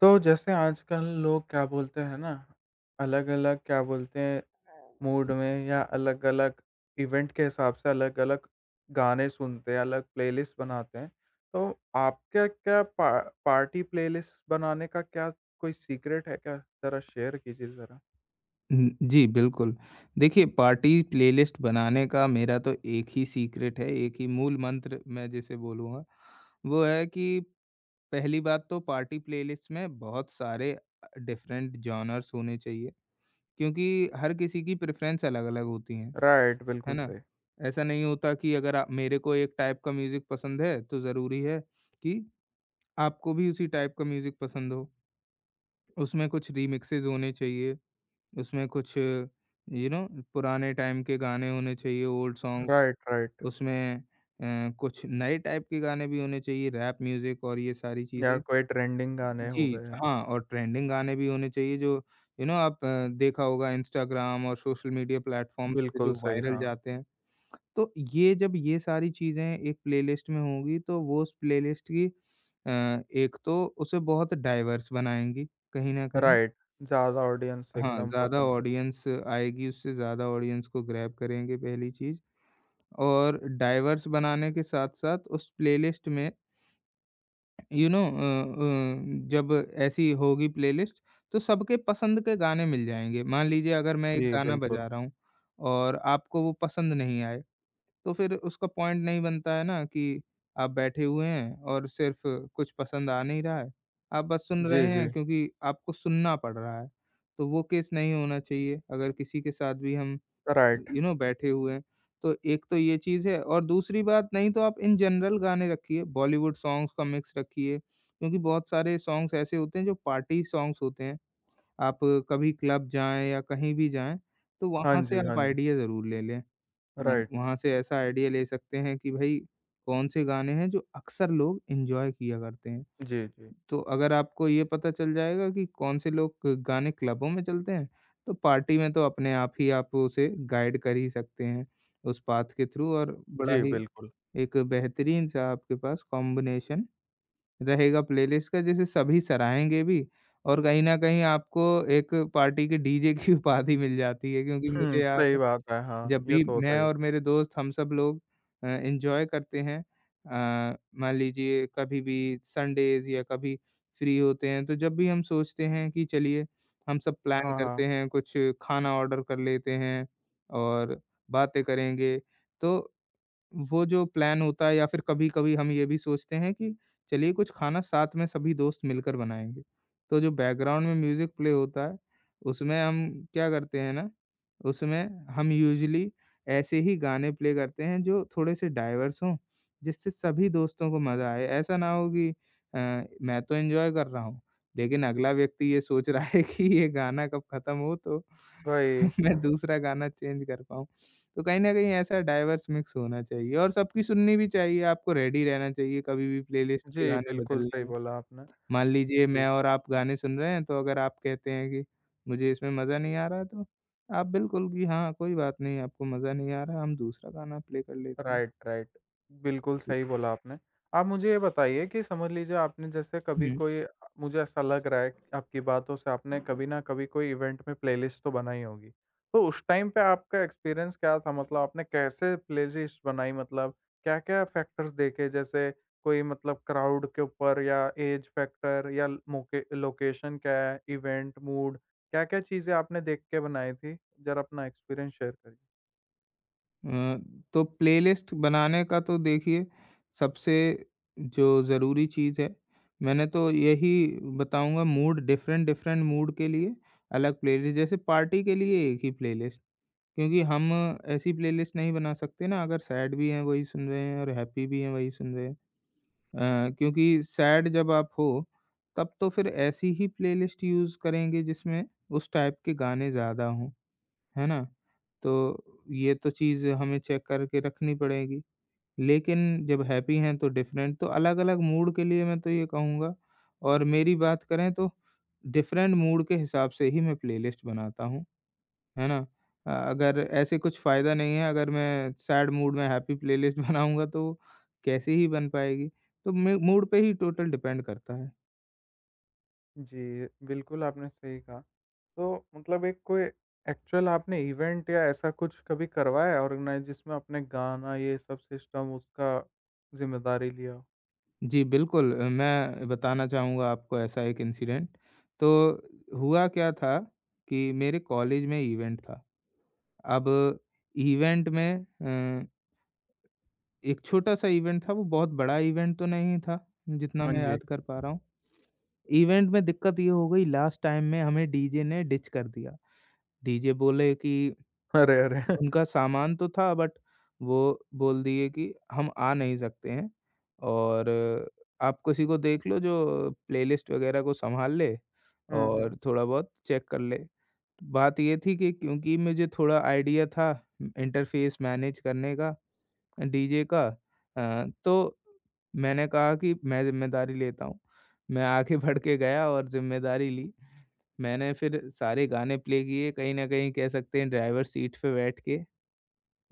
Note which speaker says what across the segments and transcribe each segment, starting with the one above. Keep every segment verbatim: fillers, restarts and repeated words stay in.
Speaker 1: तो जैसे आजकल लोग क्या बोलते हैं ना, अलग-अलग क्या बोलते हैं, मूड में या अलग-अलग इवेंट के हिसाब से अलग-अलग गाने सुनते हैं, अलग प्लेलिस्ट बनाते हैं। तो आपका क्या पा पार्टी प्लेलिस्ट बनाने का क्या कोई सीक्रेट है क्या? ज़रा शेयर कीजिए ज़रा।
Speaker 2: हुँ, जी, बिल्कुल। देखिए, पार्टी प्लेलिस्ट बनाने का मेरा तो एक ही सीक्रेट है, एक ही मूल मंत्र मैं जिसे बोलूँगा, वो है कि पहली बात तो पार्टी प्लेलिस्ट में बहुत सारे अ, डिफरेंट जॉनर्स होने चाहिए, क्योंकि हर किसी की प्रेफ़रेंस अलग-अलग होती हैं,
Speaker 1: राइट,
Speaker 2: है
Speaker 1: बिल्कुल
Speaker 2: ना?
Speaker 1: सही।
Speaker 2: ऐसा नहीं होता कि अगर आप मेरे को एक टाइप का म्यूज़िक पसंद है, तो ज़रूरी है कि आपको भी उसी टाइप का म्यूज़िक पसंद हो। उसमें कुछ रीमिक्सेज़ होने चाहिए। उसमें कुछ यू नो पुराने टाइम के गाने होने चाहिए, ओल्ड सॉन्ग्स।
Speaker 1: राइट, राइट
Speaker 2: उसमें अ, कुछ नए टाइप के गाने भी होने चाहिए, रैप म्यूज़िक और ये सारी
Speaker 1: या
Speaker 2: चीज़ें।
Speaker 1: कोई ट्रेंडिंग गाने हो
Speaker 2: जी,
Speaker 1: गए हैं।
Speaker 2: हाँ और ट्रेंडिंग गाने भी होने चाहिए, जो यू नो आप अ, देखा होगा इंस्टाग्राम और सोशल मीडिया प्लेटफ़ॉर्म्स पे जो
Speaker 1: बिल्कुल सही,
Speaker 2: वायरल
Speaker 1: हाँ।
Speaker 2: जाते हैं। तो ये जब ये सारी चीज़ें एक प्लेलिस्ट में होंगी, तो वो उस प्लेलिस्ट की अ, एक तो उसे बहुत डाइवर्स बनाएँगी कहीं न कहीं।
Speaker 1: राइट, ज़्यादा ऑडियंस
Speaker 2: हाँ,
Speaker 1: एकदम
Speaker 2: ज़्यादा
Speaker 1: पसंद हो।
Speaker 2: ऑडियंस आएगी, उससे ज़्यादा ऑडियंस को ग्रैब करेंगे पहली चीज़, और डाइवर्स बनाने के साथ-साथ उस प्लेलिस्ट में यू नो अ अ, जब ऐसी होगी प्लेलिस्ट, तो सबके पसंद के गाने मिल जाएँगे। मान लीजिए अगर मैं एक
Speaker 1: जी,
Speaker 2: गाना
Speaker 1: बिल्कुल।
Speaker 2: बजा रहा हूँ और आपको वो पसंद नहीं आया, तो फिर उसका पॉइंट नहीं बनता है ना कि आप बैठे हुए हैं और सिर्फ कुछ पसंद आ नहीं रहा है। आप बस सुन रहे
Speaker 1: जी,
Speaker 2: हैं
Speaker 1: जी।
Speaker 2: क्योंकि आपको सुनना पड़ रहा है। तो वो केस नहीं होना चाहिए अगर किसी के साथ भी हम
Speaker 1: राइट।
Speaker 2: यू नो बैठे हुए हैं। तो एक तो ये चीज़ है, और दूसरी बात नहीं तो आप इन जनरल गाने रखिए, बॉलीवुड सॉन्ग्स का मिक्स रखिए, क्योंकि बहुत सारे सॉन्ग्स ऐसे होते हैं जो पार्टी सॉन्ग्स होते हैं। आप कभी क्लब जाएँ या कहीं भी जाएँ, तो
Speaker 1: हाँ
Speaker 2: वहाँ से
Speaker 1: जी,
Speaker 2: आप
Speaker 1: हाँ जी।
Speaker 2: आइडिया ज़रूर ले लें। हाँ,
Speaker 1: राइट।
Speaker 2: वहाँ से ऐसा आइडिया ले सकते हैं कि भई कौन से गाने हैं जो अक्सर लोग एन्जॉय किया करते हैं।
Speaker 1: जी, जी।
Speaker 2: तो अगर आपको ये पता चल जाएगा कि कौन से लोग क- गाने क्लबों में चलते हैं, तो पार्टी में तो अपने आप ही आप उसे गाइड कर ही सकते हैं उस पाथ के थ्रू, और बड़ा
Speaker 1: जी,
Speaker 2: ही
Speaker 1: बिल्कुल।
Speaker 2: एक बेहतरीन-सा आपके पास कॉम्बिनेशन रहेगा प्लेलिस्ट का, जिसे सभी सराहेंगे भी, और कहीं न कहीं आपको एक पार्टी के डीजे की उपाधि मिल जाती है। क्योंकि मुझे
Speaker 1: हुँ,
Speaker 2: याद
Speaker 1: सही
Speaker 2: है,
Speaker 1: बात है। हाँ,
Speaker 2: जब
Speaker 1: ये
Speaker 2: भी
Speaker 1: तो होता
Speaker 2: मैं
Speaker 1: ही है।
Speaker 2: और मेरे दोस्त हम सब लोग अ, एन्जॉय करते हैं, अ, मान लीजिए कभी भी संडेज़ या कभी फ्री होते हैं, तो जब भी हम सोचते हैं कि चलिए हम सब प्लान
Speaker 1: हाँ,
Speaker 2: करते
Speaker 1: हाँ।
Speaker 2: हैं, कुछ खाना ऑर्डर कर लेते हैं और बातें करेंगे, तो वो जो प्लान होता है, या फिर कभी-कभी हम ये भी सोचते हैं कि चलिए कुछ खाना साथ में सभी दोस्त मिलकर बनाएँगे। तो जो बैकग्राउंड में म्यूज़िक प्ले होता है, उसमें हम क्या करते हैं ना, उसमें हम यूजुअली ऐसे ही गाने प्ले करते हैं जो थोड़े से डाइवर्स हों, जिससे सभी दोस्तों को मज़ा आए। ऐसा ना हो कि अ, मैं तो एन्जॉय कर रहा हूँ, लेकिन अगला व्यक्ति ये सोच रहा है कि ये गाना कब खत्म हो, तो
Speaker 1: वही।
Speaker 2: मैं दूसरा गाना चेंज कर पाऊँ। तो कहीं न कहीं ऐसा डाइवर्स मिक्स होना चाहिए, और सबकी सुननी भी चाहिए, आपको रेडी रहना चाहिए कभी भी प्लेलिस्ट के
Speaker 1: जी,
Speaker 2: गाने
Speaker 1: बिल्कुल
Speaker 2: बदलने
Speaker 1: सही
Speaker 2: में।
Speaker 1: बोला आपने।
Speaker 2: मान लीजिए मैं
Speaker 1: जी।
Speaker 2: और आप गाने सुन रहे हैं, तो अगर आप कहते हैं कि मुझे इसमें मज़ा नहीं आ रहा, तो आप बिल्कुल कि हाँ, कोई बात नहीं, आपको मज़ा नहीं आ रहा, हम दूसरा गाना प्ले कर लेते हैं।
Speaker 1: Right, right. बिल्कुल सही बोला आपने। आप मुझे ये बताइए कि समझ लीजिए आपने जैसे कभी
Speaker 2: हुँ।
Speaker 1: कोई अ, मुझे ऐसा लग रहा है कि आपकी बातों से आपने कभी न कभी कोई इवेंट में प्लेलिस्ट तो बनाई होगी। तो उस टाइम पे आपका एक्सपीरियंस क्या था? मतलब आपने कैसे प्लेलिस्ट बनाई मतलब क्या-क्या फैक्टर्स देखे? जैसे कोई मतलब क्राउड के ऊपर या ऐज फैक्टर या ल मोके लोकेशन क्या है, इवेंट, मूड क्या-क्या चीज़ें आपने देख के बनाई थी? ज़रा अपना एक्सपीरियंस शेयर करिए।
Speaker 2: अ, तो प्लेलिस्ट बनाने का तो देखिए, सबसे जो ज़रूरी चीज़ है, मैंने तो यही बताऊँगा, मूड, डिफरेंट डिफरेंट मूड के लिए अलग प्लेलिस्ट, जैसे पार्टी के लिए एक ही प्लेलिस्ट, क्योंकि हम ऐसी प्लेलिस्ट नहीं बना सकते ना अगर सैड भी हैं वही सुन रहे हैं और हैप्पी भी हैं वही सुन रहे हैं। अ, क्योंकि सैड जब आप हो, तब तो फिर ऐसी ही प्लेलिस्ट यूज़ करेंगे जिसमें उस टाइप के गाने ज़्यादा हों, है ना? तो ये तो चीज़ हमें चेक करके रखनी पड़ेगी। लेकिन जब हैप्पी हैं तो डिफरेंट, तो अलग-अलग मूड के लिए मैं तो ये कहूँगा, और मेरी बात करें तो डिफरेंट मूड के हिसाब से ही मैं प्लेलिस्ट बनाता हूँ, है ना? अ, अगर ऐसे कुछ फ़ायदा नहीं है, अगर मैं सैड मूड में हैप्पी प्लेलिस्ट बनाऊँगा तो कैसे ही बन पाएगी। तो मे मूड पे ही टोटल डिपेंड करता है।
Speaker 1: जी, बिल्कुल आपने सही कहा। तो मतलब एक कोई एक्चुअल आपने इवेंट या ऐसा कुछ कभी करवाया ऑर्गेनाइज़ जिसमें आपने गाना ये सब सिस्टम उसका ज़िम्मेदारी लिया हो?
Speaker 2: जी, बिल्कुल। अ, मैं बताना चाहूँगा आपको ऐसा एक इंसिडेंट। तो हुआ क्या था कि मेरे कॉलेज में इवेंट था। अब इवेंट में अ, एक छोटा-सा इवेंट था, वो बहुत बड़ा इवेंट तो नहीं था, जितना
Speaker 1: हाँ
Speaker 2: मैं
Speaker 1: जी।
Speaker 2: याद कर पा रहा हूँ। इवेंट में दिक्कत ये हो गई, लास्ट टाइम में हमें डीजे ने डिच कर दिया। डीजे बोले कि
Speaker 1: अरे, अरे!
Speaker 2: उनका सामान तो था, बट वो बोल दिए कि हम आ नहीं सकते हैं, और आप किसी को देख लो जो प्लेलिस्ट वगैरह को संभाल ले
Speaker 1: हुँ, हुँ।
Speaker 2: और थोड़ा बहुत चेक कर ले। बात ये थी कि क्योंकि मुझे थोड़ा आइडिया था इंटरफ़ेस मैनेज करने का डीजे का, अ, तो मैंने कहा कि मैं ज़िम्मेदारी लेता हूँ। मैं आगे बढ़ के गया और ज़िम्मेदारी ली। मैंने फिर सारे गाने प्ले किए, कहीं न कहीं कह सकते हैं ड्राइवर सीट पे बैठ के।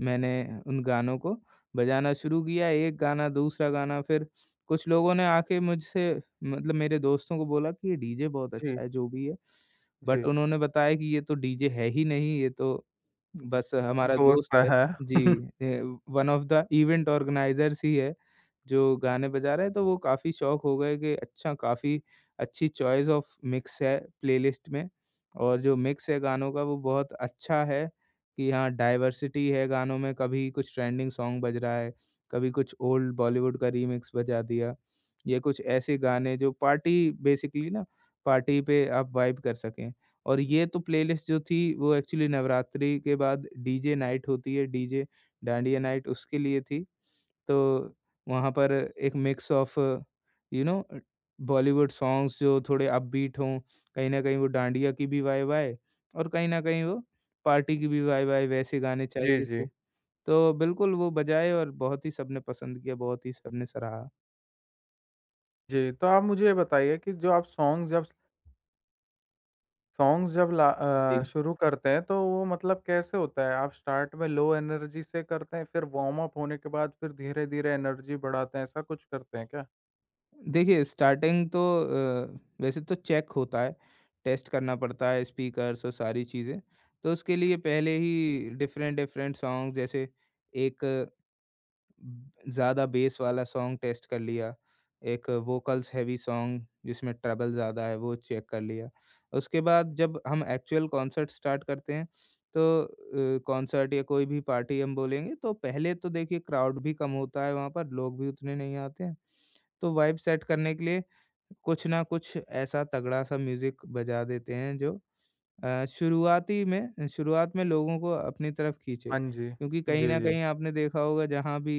Speaker 2: मैंने उन गानों को बजाना शुरू किया, एक गाना, दूसरा गाना, फिर कुछ लोगों ने आके मुझसे, मतलब मेरे दोस्तों को बोला कि ये डीजे बहुत अच्छा
Speaker 1: जी,
Speaker 2: है, जो भी है। बट
Speaker 1: जी।
Speaker 2: उन्होंने बताया कि ये तो डीजे है ही नहीं, ये तो बस हमारा दोस्त
Speaker 1: दोस्त
Speaker 2: है
Speaker 1: है।
Speaker 2: जी, ए, one of the event organizers ही है, जो गाने बजा रहा है। तो वो काफ़ी शॉक हो गए कि अच्छा, काफ़ी अच्छी चॉइस ऑफ मिक्स है प्लेलिस्ट में, और जो मिक्स है गानों का वो बहुत अच्छा है। कि हाँ, डाइवर्सिटी है गानों में, कभी कुछ ट्रेंडिंग सॉन्ग बज रहा है, कभी कुछ ओल्ड बॉलीवुड का रीमिक्स बजा दिया। ये कुछ ऐसे गाने जो पार्टी, बेसिकली ना, पार्टी पे आप वाइब कर सकें। और ये तो प्लेलिस्ट जो थी वो एक्चुअली नवरात्रि के बाद डीजे नाइट होती है, डीजे डांडिया नाइट, उसके लिए थी। तो वहाँ पर एक mix of you know Bollywood songs जो थोड़े अपबीट हों, कहीं न कहीं वो डांडिया की भी वाई वाई और कहीं न कहीं वो पार्टी की भी वाई वाई, वैसे गाने
Speaker 1: जी,
Speaker 2: चाहिए
Speaker 1: जी।
Speaker 2: थे। तो बिल्कुल वो बजाए, और बहुत ही सबने पसंद किया, बहुत ही सबने सराहा।
Speaker 1: जी, तो आप मुझे ये बताइए कि जो आप सॉन्ग जब सॉन्ग्स जब ला अ,
Speaker 2: जी।
Speaker 1: शुरू करते हैं तो वो मतलब कैसे होता है? आप स्टार्ट में लो एनर्जी से करते हैं, फिर वार्म अप होने के बाद फिर धीरे-धीरे एनर्जी बढ़ाते हैं, ऐसा कुछ करते हैं क्या?
Speaker 2: देखिए, स्टार्टिंग तो अ, वैसे तो चेक होता है, टेस्ट करना पड़ता है स्पीकर्स और सारी चीज़ें। तो उसके लिए पहले ही डिफरेंट-डिफरेंट सॉन्ग, जैसे एक ज़्यादा बेस वाला सॉन्ग टेस्ट कर लिया। एक वोकल्स हेवी सॉन्ग जिसमें ट्रबल ज़्यादा है वो चेक कर लिया। उसके बाद जब हम एक्चुअल कॉन्सर्ट स्टार्ट करते हैं, तो अ, कॉन्सर्ट या कोई भी पार्टी हम बोलेंगे, तो पहले तो देखिए क्राउड भी कम होता है वहाँ पर, लोग भी उतने नहीं आते हैं। तो वाइब सेट करने के लिए कुछ ना कुछ ऐसा तगड़ा-सा म्यूज़िक बजा देते हैं जो अ, शुरुआती में शुरुआत में लोगों को अपनी तरफ खींचे,
Speaker 1: हाँ जी।
Speaker 2: क्योंकि कहीं
Speaker 1: जी,
Speaker 2: न
Speaker 1: जी।
Speaker 2: कहीं आपने देखा होगा जहाँ भी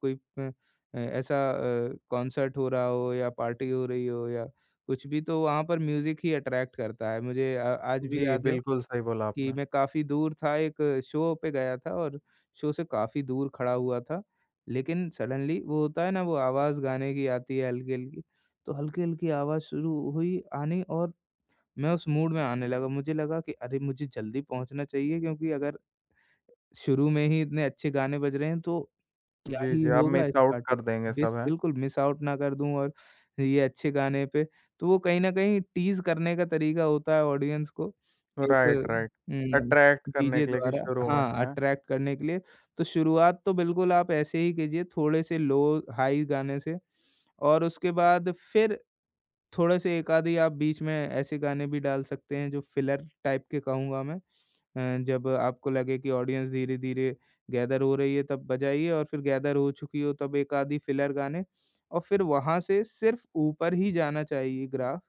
Speaker 2: कोई अ, ऐसा अ, कॉन्सर्ट हो रहा हो या पार्टी हो रही हो या कुछ भी, तो वहाँ पर म्यूज़िक ही अट्रैक्ट करता है। मुझे अ, आज भी
Speaker 1: जी,
Speaker 2: याद है
Speaker 1: बिल्कुल सही बोला
Speaker 2: कि
Speaker 1: आपने।
Speaker 2: मैं काफ़ी दूर था, एक शो पे गया था, और शो से काफ़ी दूर खड़ा हुआ था। लेकिन सडनली वो होता है ना, वो आवाज़ गाने की आती है हल्की-हल्की, तो हल्की-हल्की आवाज़ शुरू हुई आनी, और मैं उस मूड में आने लगा, मुझे लगा कि अरे! मुझे जल्दी पहुँचना चाहिए, क्योंकि अगर शुरू में ही इतने अच्छे गाने बज रहे हैं, तो क्या
Speaker 1: जी,
Speaker 2: ही
Speaker 1: जी, आप
Speaker 2: होगा इस
Speaker 1: मिस आउट
Speaker 2: पार्टी
Speaker 1: कर देंगे
Speaker 2: में। बिस
Speaker 1: सब, हैं?
Speaker 2: बिल्कुल मिस आउट ना कर दूँ और ये अच्छे गाने पे, तो वो कहीं न कहीं टीज़ करने का तरीका होता है ऑडियंस को एक।
Speaker 1: Right, right.
Speaker 2: हुँ।
Speaker 1: अट्रैक्ट करने
Speaker 2: डीजे
Speaker 1: के लिए कि
Speaker 2: द्वारा,
Speaker 1: शुरू में,
Speaker 2: हाँ,
Speaker 1: हैं?
Speaker 2: अट्रैक्ट करने के लिए। तो शुरुआत तो बिल्कुल आप ऐसे ही कीजिए, थोड़े से लो हाई गाने से, और उसके बाद फिर थोड़े से एक आधी आप बीच में ऐसे गाने भी डाल सकते हैं जो फिलर टाइप के कहूँगा मैं, अ, जब आपको लगे कि ऑडियंस धीरे-धीरे गैदर हो रही है तब बजाइए, और फिर गैदर हो चुकी हो तब एक आधी फिलर गाने, और फिर वहाँ से सिर्फ़ ऊपर ही जाना चाहिए ग्राफ़।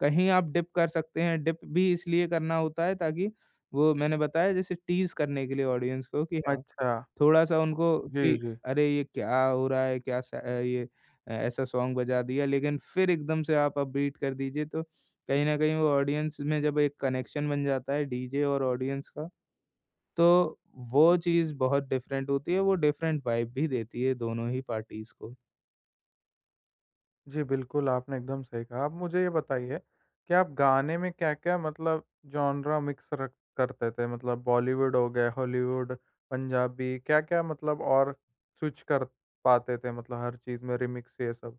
Speaker 2: कहीं आप डिप कर सकते हैं, डिप भी इसलिए करना होता है ताकि वो मैंने बताया, जैसे टीज़ करने के लिए ऑडियंस को, कि हाँ
Speaker 1: अच्छा।
Speaker 2: थोड़ा-सा उनको
Speaker 1: जी,
Speaker 2: कि
Speaker 1: जी।
Speaker 2: अरे! ये क्या हो रहा है? क्या सा अ, ये अ, ऐसा सॉन्ग बजा दिया लेकिन फिर एकदम से आप अपबीट कर दीजिए तो कहीं न कहीं वो ऑडियंस में जब एक कनेक्शन बन जाता है डीजे और ऑडियंस का, तो वो चीज़ बहुत डिफरेंट होती है, वो डिफरेंट वाइब भी देती है दोनों ही पार्टीज़ को।
Speaker 1: जी, बिल्कुल आपने एकदम सही कहा। आप मुझे ये बताइए कि आप गाने में क्या-क्या मतलब जॉनरा मिक्स रख करते थे? मतलब बॉलीवुड हो गया, हॉलीवुड, पंजाबी क्या-क्या मतलब और स्विच कर पाते थे मतलब हर चीज़ में रिमिक्स ये सब?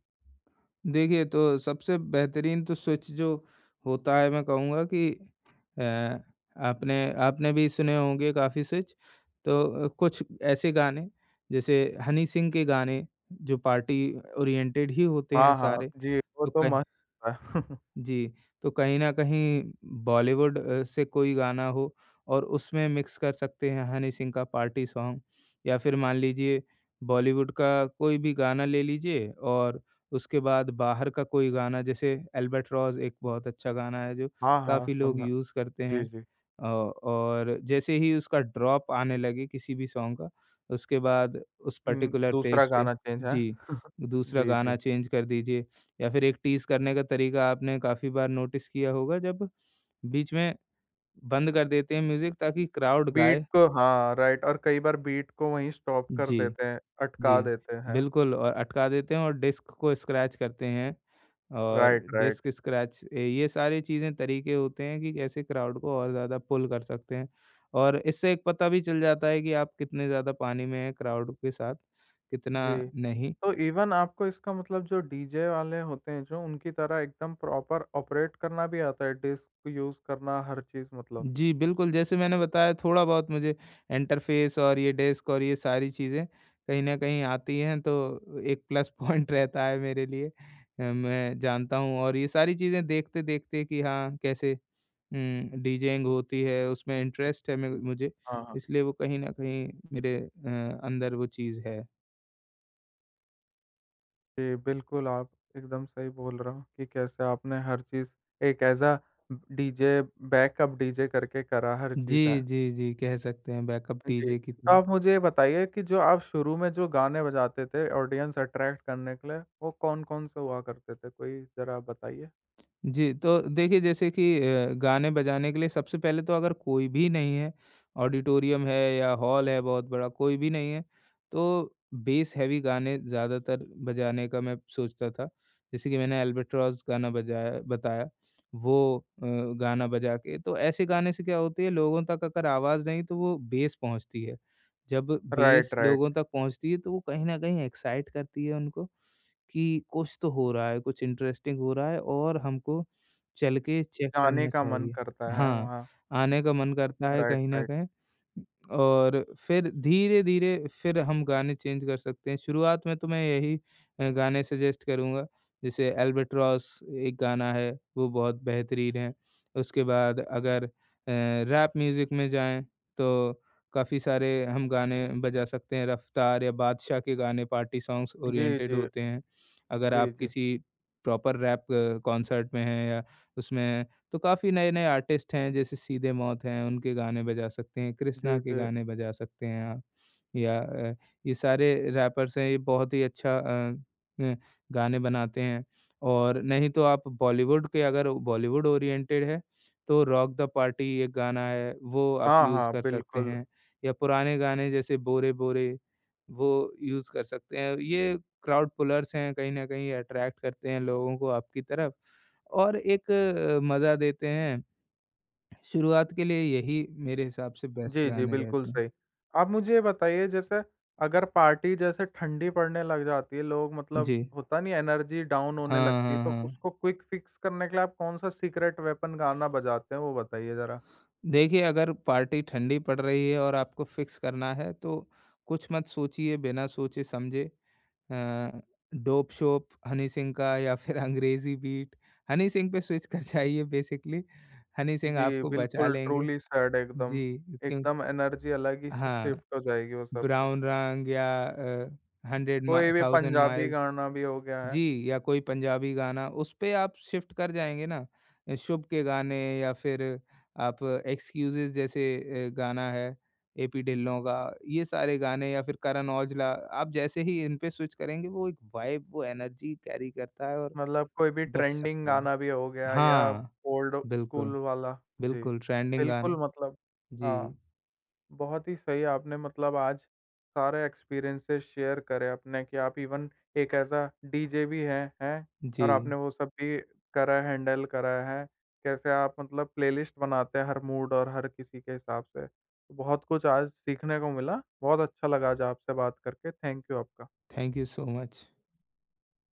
Speaker 2: देखिए, तो सबसे बेहतरीन तो स्विच जो होता है मैं कहूँगा कि अ, आपने आपने भी सुने होंगे काफ़ी स्विच। तो अ, कुछ ऐसे गाने जैसे हनी सिंह के गाने जो पार्टी ओरिएंटेड ही होते हैं
Speaker 1: हाँ, हाँ।
Speaker 2: सारे।
Speaker 1: जी, वो
Speaker 2: तो
Speaker 1: तो
Speaker 2: कहीं
Speaker 1: मस्त था।
Speaker 2: जी, तो कहीं न कहीं बॉलीवुड अ, से कोई गाना हो और उसमें मिक्स कर सकते हैं हनी सिंह का पार्टी सॉन्ग या फिर मान लीजिए बॉलीवुड का कोई भी गाना ले लीजिए और उसके बाद बाहर का कोई गाना जैसे अल्बाट्रॉस एक बहुत अच्छा गाना है जो
Speaker 1: हाँ, हाँ,
Speaker 2: काफ़ी लोग
Speaker 1: सुना।
Speaker 2: यूज़ करते
Speaker 1: जी,
Speaker 2: हैं।
Speaker 1: जी।
Speaker 2: अ, और जैसे ही उसका ड्रॉप आने लगे किसी भी सॉन्ग का, उसके बाद उस
Speaker 1: उम,
Speaker 2: पर्टिकुलर
Speaker 1: दूसरा
Speaker 2: प्लेस पे
Speaker 1: गाना चेंज है।
Speaker 2: जी, दूसरा
Speaker 1: जी,
Speaker 2: गाना
Speaker 1: जी।
Speaker 2: चेंज कर दीजिए या फिर एक टीज़ करने का तरीका आपने काफ़ी बार नोटिस किया होगा जब बीच में बंद कर देते हैं म्यूज़िक ताकि क्राउड
Speaker 1: बीट
Speaker 2: गाए।
Speaker 1: को हाँ, राइट और कई बार बीट को वहीं स्टॉप कर
Speaker 2: जी,
Speaker 1: देते हैं, अटका
Speaker 2: जी।
Speaker 1: देते हैं।
Speaker 2: बिल्कुल और अटका देते हैं और डिस्क को स्क्रैच करते हैं और
Speaker 1: राइट, राइट।
Speaker 2: डिस्क स्क्रैच ए, ये सारी चीज़ें तरीके होते हैं कि कैसे क्राउड को और ज़्यादा पुल कर सकते हैं। और इससे एक पता भी चल जाता है कि आप कितने ज़्यादा पानी में हैं क्राउड के साथ,
Speaker 1: जी।
Speaker 2: कितना नहीं।
Speaker 1: तो इवन आपको इसका मतलब जो डीजे वाले होते हैं जो उनकी तरह एकदम प्रॉपर ऑपरेट करना भी आता है, डिस्क यूज़ करना हर चीज़ मतलब।
Speaker 2: जी, बिल्कुल, जैसे मैंने बताया थोड़ा-बहुत मुझे इंटरफ़ेस और ये डेस्क और ये सारी चीज़ें कहीं न कहीं आती हैं, तो एक प्लस पॉइंट रहता है मेरे लिए। अ, मैं जानता हूँ और ये सारी चीज़ें देखते-देखते कि हाँ, कैसे उम, डीजेइंग होती है, उसमें इंटरेस्ट है मे
Speaker 1: जी।
Speaker 2: मुझे,
Speaker 1: हाँ, हाँ।
Speaker 2: इसलिए वो कहीं न कहीं मेरे अ, अंदर वो चीज़ है।
Speaker 1: जी, बिल्कुल आप एकदम सही बोल रहे हो कि कैसे आपने हर चीज़ एक as a DJ backup DJ करके करा हर चीज़
Speaker 2: जी,
Speaker 1: है।
Speaker 2: जी, जी, कह सकते हैं बैकअप
Speaker 1: जी,
Speaker 2: डीजे की
Speaker 1: तो
Speaker 2: तरह।
Speaker 1: आप मुझे ये बताइए कि जो आप शुरू में जो गाने बजाते थे ऑडियंस अट्रैक्ट करने के लिए, वो कौन-कौन से हुआ करते थे? कोई ज़रा बताइए।
Speaker 2: जी, तो देखिए जैसे कि अ, गाने बजाने के लिए सबसे पहले तो अगर कोई भी नहीं है, ऑडिटोरियम है या हॉल है बहुत बड़ा, कोई भी नहीं है, तो बेस हेवी गाने ज़्यादातर बजाने का मैं सोचता था। जैसे कि मैंने एल्बाट्रॉस गाना बजाया बताया, वो अ, गाना बजा के तो ऐसे गाने से क्या होती है लोगों तक अगर आवाज़ नहीं तो वो बेस पहुँचती है। जब बेस
Speaker 1: राइट, राइट।
Speaker 2: लोगों तक पहुँचती है तो वो कहीं न कहीं एक्साइट करती है उनको कि कुछ तो हो रहा है, कुछ इंटरेस्टिंग हो रहा है और हमको चल के चेक
Speaker 1: जाने
Speaker 2: करना
Speaker 1: का मन
Speaker 2: चाहिए।
Speaker 1: करता है
Speaker 2: हाँ,
Speaker 1: वहाँ।
Speaker 2: आने का मन करता है
Speaker 1: राइट,
Speaker 2: कहीं न
Speaker 1: राइट।
Speaker 2: कहीं और फिर धीरे-धीरे फिर हम गाने चेंज कर सकते हैं। शुरुआत में तो मैं यही अ, गाने सजेस्ट करूँगा, जैसे अल्बाट्रॉस एक गाना है, वो बहुत बेहतरीन है। उसके बाद अगर अ, रैप म्यूज़िक में जाएँ, तो काफ़ी सारे हम गाने बजा सकते हैं, रफ्तार या बादशाह के गाने पार्टी सॉन्ग्स
Speaker 1: जी,
Speaker 2: ओरिएंटेड
Speaker 1: जी।
Speaker 2: होते हैं। अगर
Speaker 1: जी,
Speaker 2: आप
Speaker 1: जी।
Speaker 2: किसी प्रॉपर रैप कॉन्सर्ट में हैं या उसमें हैं, तो काफ़ी नए-नए आर्टिस्ट हैं, जैसे सीधे मौत हैं, उनके गाने बजा सकते हैं, कृष्णा
Speaker 1: जी,
Speaker 2: के
Speaker 1: जी।
Speaker 2: गाने बजा सकते हैं आप, या अ, ये सारे रैपर्स हैं, ये बहुत ही अच्छा अ, अ, गाने बनाते हैं। और नहीं तो आप बॉलीवुड के अगर बॉलीवुड ओरिएंटेड है, तो रॉक द पार्टी एक गाना है, वो आप
Speaker 1: हाँ,
Speaker 2: यूज़
Speaker 1: हाँ,
Speaker 2: कर सकते
Speaker 1: बिल्कुल।
Speaker 2: हैं, या पुराने गाने जैसे बोरे बोरे, वो यूज़ कर सकते हैं। ये क्राउड पुलर्स हैं, कहीं न कहीं अट्रैक्ट करते हैं लोगों को आपकी तरफ और एक अ, मज़ा देते हैं। शुरुआत के लिए यही मेरे हिसाब से बेस्ट
Speaker 1: जी, जी,
Speaker 2: गाने
Speaker 1: बिल्कुल
Speaker 2: रहते हैं।
Speaker 1: सही। आप मुझे ये बताइए जैसे अगर पार्टी जैसे ठंडी पड़ने लग जाती है, लोग मतलब
Speaker 2: जी।
Speaker 1: होता नहीं एनर्जी डाउन होने
Speaker 2: हाँ,
Speaker 1: लगती है,
Speaker 2: हाँ,
Speaker 1: तो
Speaker 2: हाँ।
Speaker 1: उसको क्विक फिक्स करने के लिए आप कौन-सा सीक्रेट वेपन गाना बजाते हैं, वो बताइए ज़रा?
Speaker 2: देखिए अगर पार्टी ठंडी पड़ रही है और आपको फ़िक्स करना है तो कुछ मत सोचिए, बिना सोचे-समझे अ, डोप-शोप, हनी सिंह का या फिर अंग्रेज़ी बीट, हनी सिंह पे स्विच कर जाइए बेसिकली। हनी सिंह
Speaker 1: जी,
Speaker 2: आपको बचा
Speaker 1: बिल्कुल
Speaker 2: लेंगे।
Speaker 1: ट्रूली सैड एकदम।
Speaker 2: जी, क्यों
Speaker 1: एकदम एनर्जी अलग ही शि
Speaker 2: हाँ।
Speaker 1: शिफ्ट हो जाएगी वो सब पे।
Speaker 2: ब्राउन रंग या अ, हंड्रेड मा
Speaker 1: कोई भी
Speaker 2: थाउज़ेंड
Speaker 1: पंजाबी
Speaker 2: माइल्स
Speaker 1: गाना भी हो गया है,
Speaker 2: जी, या कोई पंजाबी गाना उस पे आप शिफ्ट कर जाएँगे ना। अ, शुभ के गाने या फिर आप एक्सक्यूज़ेज़ जैसे अ, गाना है एपी ढिल्लों का, ये सारे गाने या फिर करण औजला, आप जैसे ही इन पे स्विच करेंगे वो एक वाइब, वो एनर्जी कैरी करता है और
Speaker 1: मतलब कोई भी
Speaker 2: बच
Speaker 1: ट्रेंडिंग
Speaker 2: सकता है।
Speaker 1: गाना भी हो गया या
Speaker 2: हाँ,
Speaker 1: ओल्ड
Speaker 2: बिल्कुल,
Speaker 1: स्कूल वाला। जी,
Speaker 2: बिल्कुल ट्रेंडिंग
Speaker 1: बिल्कुल
Speaker 2: गाना।
Speaker 1: मतलब हाँ।
Speaker 2: जी,
Speaker 1: बहुत ही सही आपने मतलब आज सारे एक्सपीरियंसेस शेयर करे अपने कि आप इवन एक ऐसा डीजे भी हैं, हैं? और
Speaker 2: जी।
Speaker 1: आपने वो सब भी करा है, हैंडल करा है। कैसे आप मतलब प्लेलिस्ट बनाते हैं हर मूड और हर किसी के हिसाब से। तो बहुत कुछ आज सीखने को मिला। बहुत अच्छा लगा आज आपसे बात करके। थैंक यू आपका।
Speaker 2: Thank you so much.